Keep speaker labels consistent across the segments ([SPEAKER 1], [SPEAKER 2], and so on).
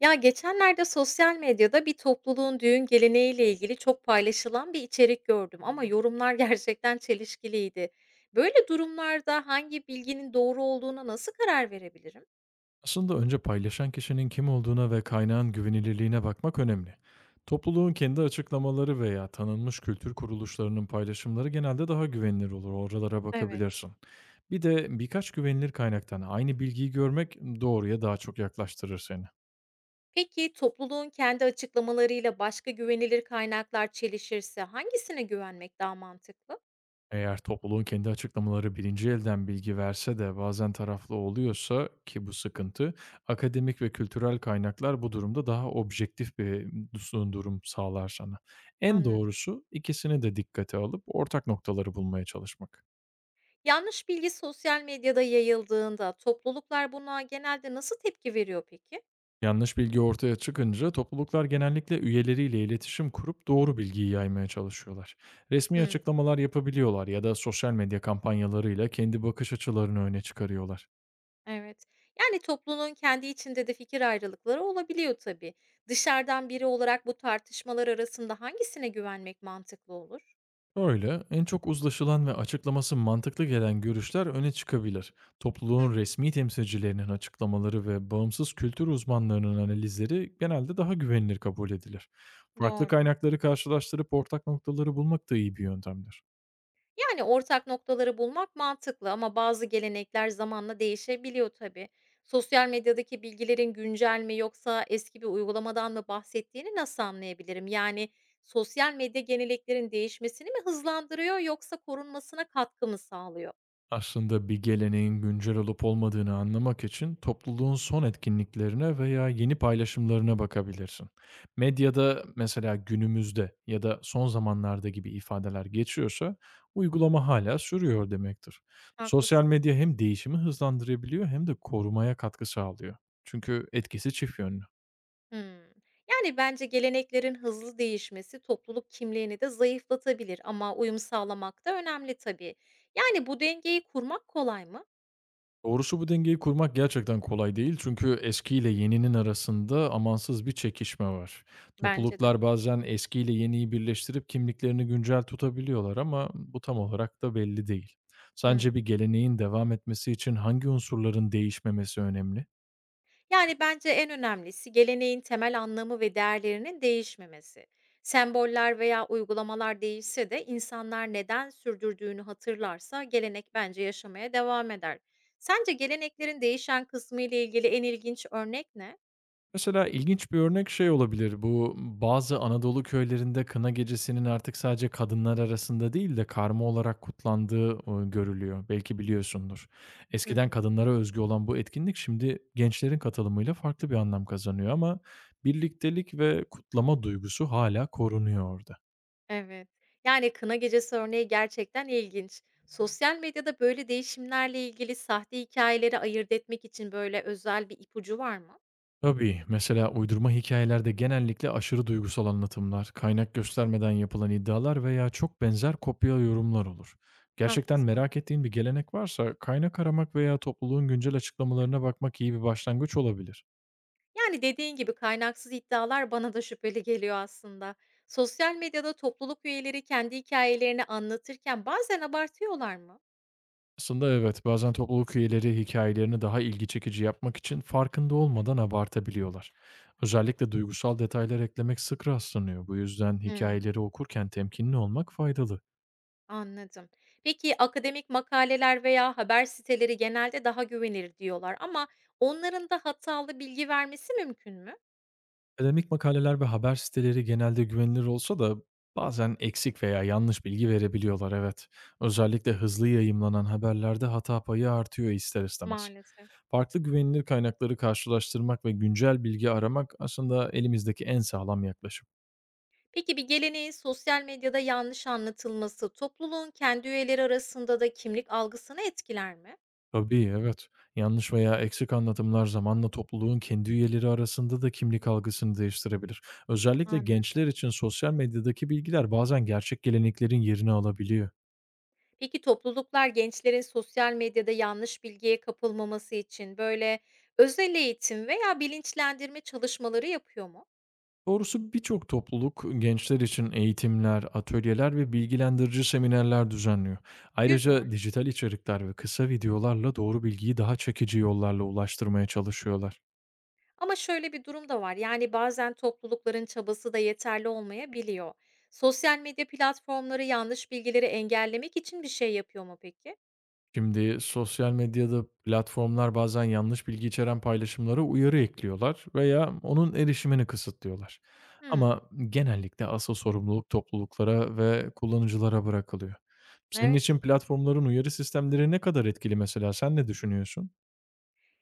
[SPEAKER 1] Ya geçenlerde sosyal medyada bir topluluğun düğün geleneğiyle ilgili çok paylaşılan bir içerik gördüm ama yorumlar gerçekten çelişkiliydi. Böyle durumlarda hangi bilginin doğru olduğuna nasıl karar verebilirim?
[SPEAKER 2] Aslında önce paylaşan kişinin kim olduğuna ve kaynağın güvenilirliğine bakmak önemli. Topluluğun kendi açıklamaları veya tanınmış kültür kuruluşlarının paylaşımları genelde daha güvenilir olur. Oralara
[SPEAKER 1] Evet.
[SPEAKER 2] bakabilirsin. Bir de birkaç güvenilir kaynaktan aynı bilgiyi görmek doğruya daha çok yaklaştırır seni.
[SPEAKER 1] Peki topluluğun kendi açıklamalarıyla başka güvenilir kaynaklar çelişirse hangisine güvenmek daha mantıklı?
[SPEAKER 2] Eğer topluluğun kendi açıklamaları birinci elden bilgi verse de bazen taraflı oluyorsa ki bu sıkıntı, akademik ve kültürel kaynaklar bu durumda daha objektif bir durum sağlar sana. En
[SPEAKER 1] Anladım.
[SPEAKER 2] doğrusu ikisini de dikkate alıp ortak noktaları bulmaya çalışmak.
[SPEAKER 1] Yanlış bilgi sosyal medyada yayıldığında topluluklar buna genelde nasıl tepki veriyor peki?
[SPEAKER 2] Yanlış bilgi ortaya çıkınca topluluklar genellikle üyeleriyle iletişim kurup doğru bilgiyi yaymaya çalışıyorlar. Resmi
[SPEAKER 1] Hmm.
[SPEAKER 2] açıklamalar yapabiliyorlar ya da sosyal medya kampanyalarıyla kendi bakış açılarını öne çıkarıyorlar.
[SPEAKER 1] Evet. Yani topluluğun kendi içinde de fikir ayrılıkları olabiliyor tabii. Dışarıdan biri olarak bu tartışmalar arasında hangisine güvenmek mantıklı olur?
[SPEAKER 2] Öyle, en çok uzlaşılan ve açıklaması mantıklı gelen görüşler öne çıkabilir.
[SPEAKER 1] Hı
[SPEAKER 2] Topluluğun
[SPEAKER 1] hı,
[SPEAKER 2] resmi temsilcilerinin açıklamaları ve bağımsız kültür uzmanlarının analizleri genelde daha güvenilir kabul edilir. Farklı
[SPEAKER 1] doğru.
[SPEAKER 2] kaynakları karşılaştırıp ortak noktaları bulmak da iyi bir yöntemdir.
[SPEAKER 1] Yani ortak noktaları bulmak mantıklı ama bazı gelenekler zamanla değişebiliyor tabii. Sosyal medyadaki bilgilerin güncel mi yoksa eski bir uygulamadan mı bahsettiğini nasıl anlayabilirim? Yani sosyal medya geleneklerin değişmesini mi hızlandırıyor yoksa korunmasına katkı mı sağlıyor?
[SPEAKER 2] Aslında bir geleneğin güncel olup olmadığını anlamak için topluluğun son etkinliklerine veya yeni paylaşımlarına bakabilirsin. Medyada mesela günümüzde ya da son zamanlarda gibi ifadeler geçiyorsa uygulama hala sürüyor demektir. Sosyal
[SPEAKER 1] Haklısın.
[SPEAKER 2] medya hem değişimi hızlandırabiliyor hem de korumaya katkı sağlıyor. Çünkü etkisi çift yönlü.
[SPEAKER 1] Hımm. Yani, bence geleneklerin hızlı değişmesi topluluk kimliğini de zayıflatabilir ama uyum sağlamak da önemli tabii. Yani, bu dengeyi kurmak kolay mı?
[SPEAKER 2] Doğrusu bu dengeyi kurmak gerçekten kolay değil. Çünkü eskiyle yeninin arasında amansız bir çekişme var.
[SPEAKER 1] Bence de.
[SPEAKER 2] Topluluklar bazen eskiyle yeniyi birleştirip kimliklerini güncel tutabiliyorlar ama bu tam olarak da belli değil. Sence bir
[SPEAKER 1] Hımm.
[SPEAKER 2] geleneğin devam etmesi için hangi unsurların değişmemesi önemli?
[SPEAKER 1] Yani, bence en önemlisi geleneğin temel anlamı ve değerlerinin değişmemesi. Semboller veya uygulamalar değişse de insanlar neden sürdürdüğünü hatırlarsa gelenek bence yaşamaya devam eder. Sence geleneklerin değişen kısmı ile ilgili en ilginç örnek ne?
[SPEAKER 2] Mesela ilginç bir örnek şey olabilir. Bu bazı Anadolu köylerinde kına gecesinin artık sadece kadınlar arasında değil de karma olarak kutlandığı, görülüyor. Belki biliyorsundur.
[SPEAKER 1] Hı
[SPEAKER 2] Eskiden
[SPEAKER 1] hı.
[SPEAKER 2] kadınlara özgü olan bu etkinlik şimdi gençlerin katılımıyla farklı bir anlam kazanıyor ama birliktelik ve kutlama duygusu hala korunuyor orada.
[SPEAKER 1] Evet. Yani kına gecesi örneği gerçekten ilginç. Sosyal medyada böyle değişimlerle ilgili sahte hikayeleri ayırt etmek için böyle özel bir ipucu var mı?
[SPEAKER 2] Tabii, mesela uydurma hikayelerde genellikle aşırı duygusal anlatımlar, kaynak göstermeden yapılan iddialar veya çok benzer kopya yorumlar olur. Gerçekten
[SPEAKER 1] Haklısın.
[SPEAKER 2] merak ettiğin bir gelenek varsa kaynak aramak veya topluluğun güncel açıklamalarına bakmak iyi bir başlangıç olabilir.
[SPEAKER 1] Yani dediğin gibi kaynaksız iddialar bana da şüpheli geliyor aslında. Sosyal medyada topluluk üyeleri kendi hikayelerini anlatırken bazen abartıyorlar mı?
[SPEAKER 2] Aslında evet, bazen topluluk üyeleri hikayelerini daha ilgi çekici yapmak için farkında olmadan abartabiliyorlar. Özellikle duygusal detaylar eklemek sık rastlanıyor. Bu yüzden
[SPEAKER 1] Hımm,
[SPEAKER 2] hikayeleri okurken temkinli olmak faydalı.
[SPEAKER 1] anladım. Peki akademik makaleler veya haber siteleri genelde daha güvenilir diyorlar ama onların da hatalı bilgi vermesi mümkün mü?
[SPEAKER 2] Akademik makaleler ve haber siteleri genelde güvenilir olsa da bazen eksik veya yanlış bilgi verebiliyorlar evet. Özellikle hızlı yayımlanan haberlerde hata payı artıyor ister istemez.
[SPEAKER 1] Maalesef.
[SPEAKER 2] Farklı güvenilir kaynakları karşılaştırmak ve güncel bilgi aramak aslında elimizdeki en sağlam yaklaşım.
[SPEAKER 1] Peki bir geleneğin sosyal medyada yanlış anlatılması topluluğun kendi üyeleri arasında da kimlik algısını etkiler mi?
[SPEAKER 2] Tabii evet. Yanlış veya eksik anlatımlar zamanla topluluğun kendi üyeleri arasında da kimlik algısını değiştirebilir. Özellikle
[SPEAKER 1] Anladım.
[SPEAKER 2] gençler için sosyal medyadaki bilgiler bazen gerçek geleneklerin yerini alabiliyor.
[SPEAKER 1] Peki topluluklar gençlerin sosyal medyada yanlış bilgiye kapılmaması için böyle özel eğitim veya bilinçlendirme çalışmaları yapıyor mu?
[SPEAKER 2] Doğrusu birçok topluluk gençler için eğitimler, atölyeler ve bilgilendirici seminerler düzenliyor.
[SPEAKER 1] Güzel.
[SPEAKER 2] Ayrıca dijital içerikler ve kısa videolarla doğru bilgiyi daha çekici yollarla ulaştırmaya çalışıyorlar.
[SPEAKER 1] Ama şöyle bir durum da var. Yani bazen toplulukların çabası da yeterli olmayabiliyor. Sosyal medya platformları yanlış bilgileri engellemek için bir şey yapıyor mu peki?
[SPEAKER 2] Şimdi sosyal medyada platformlar bazen yanlış bilgi içeren paylaşımlara uyarı ekliyorlar veya onun erişimini kısıtlıyorlar.
[SPEAKER 1] Hmm,
[SPEAKER 2] Ama genellikle asıl sorumluluk topluluklara ve kullanıcılara bırakılıyor. Senin
[SPEAKER 1] evet.
[SPEAKER 2] için platformların uyarı sistemleri ne kadar etkili, mesela sen ne düşünüyorsun?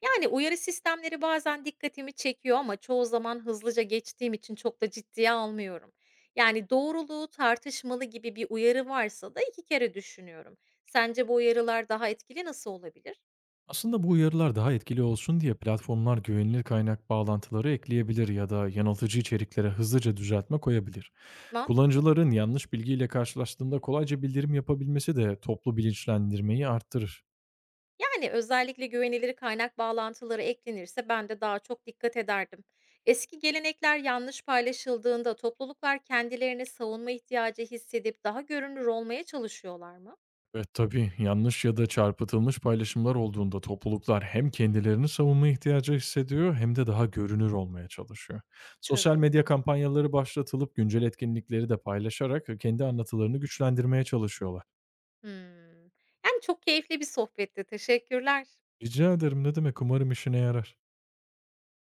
[SPEAKER 1] Yani, uyarı sistemleri bazen dikkatimi çekiyor ama çoğu zaman hızlıca geçtiğim için çok da ciddiye almıyorum. Yani, doğruluğu tartışmalı gibi bir uyarı varsa da 2 kere düşünüyorum. Sence bu uyarılar daha etkili nasıl olabilir?
[SPEAKER 2] Aslında bu uyarılar daha etkili olsun diye platformlar güvenilir kaynak bağlantıları ekleyebilir ya da yanıltıcı içeriklere hızlıca düzeltme koyabilir.
[SPEAKER 1] Mantıklı.
[SPEAKER 2] Kullanıcıların yanlış bilgiyle karşılaştığında kolayca bildirim yapabilmesi de toplu bilinçlendirmeyi arttırır.
[SPEAKER 1] Yani, özellikle güvenilir kaynak bağlantıları eklenirse ben de daha çok dikkat ederdim. Eski gelenekler yanlış paylaşıldığında topluluklar kendilerini savunma ihtiyacı hissedip daha görünür olmaya çalışıyorlar mı?
[SPEAKER 2] Ve tabii yanlış ya da çarpıtılmış paylaşımlar olduğunda topluluklar hem kendilerini savunma ihtiyacı hissediyor hem de daha görünür olmaya çalışıyor. Sosyal
[SPEAKER 1] Tabii.
[SPEAKER 2] medya kampanyaları başlatılıp güncel etkinlikleri de paylaşarak kendi anlatılarını güçlendirmeye çalışıyorlar.
[SPEAKER 1] Hımm. Yani, çok keyifli bir sohbetti. Teşekkürler.
[SPEAKER 2] Rica ederim, ne demek. Umarım işine yarar.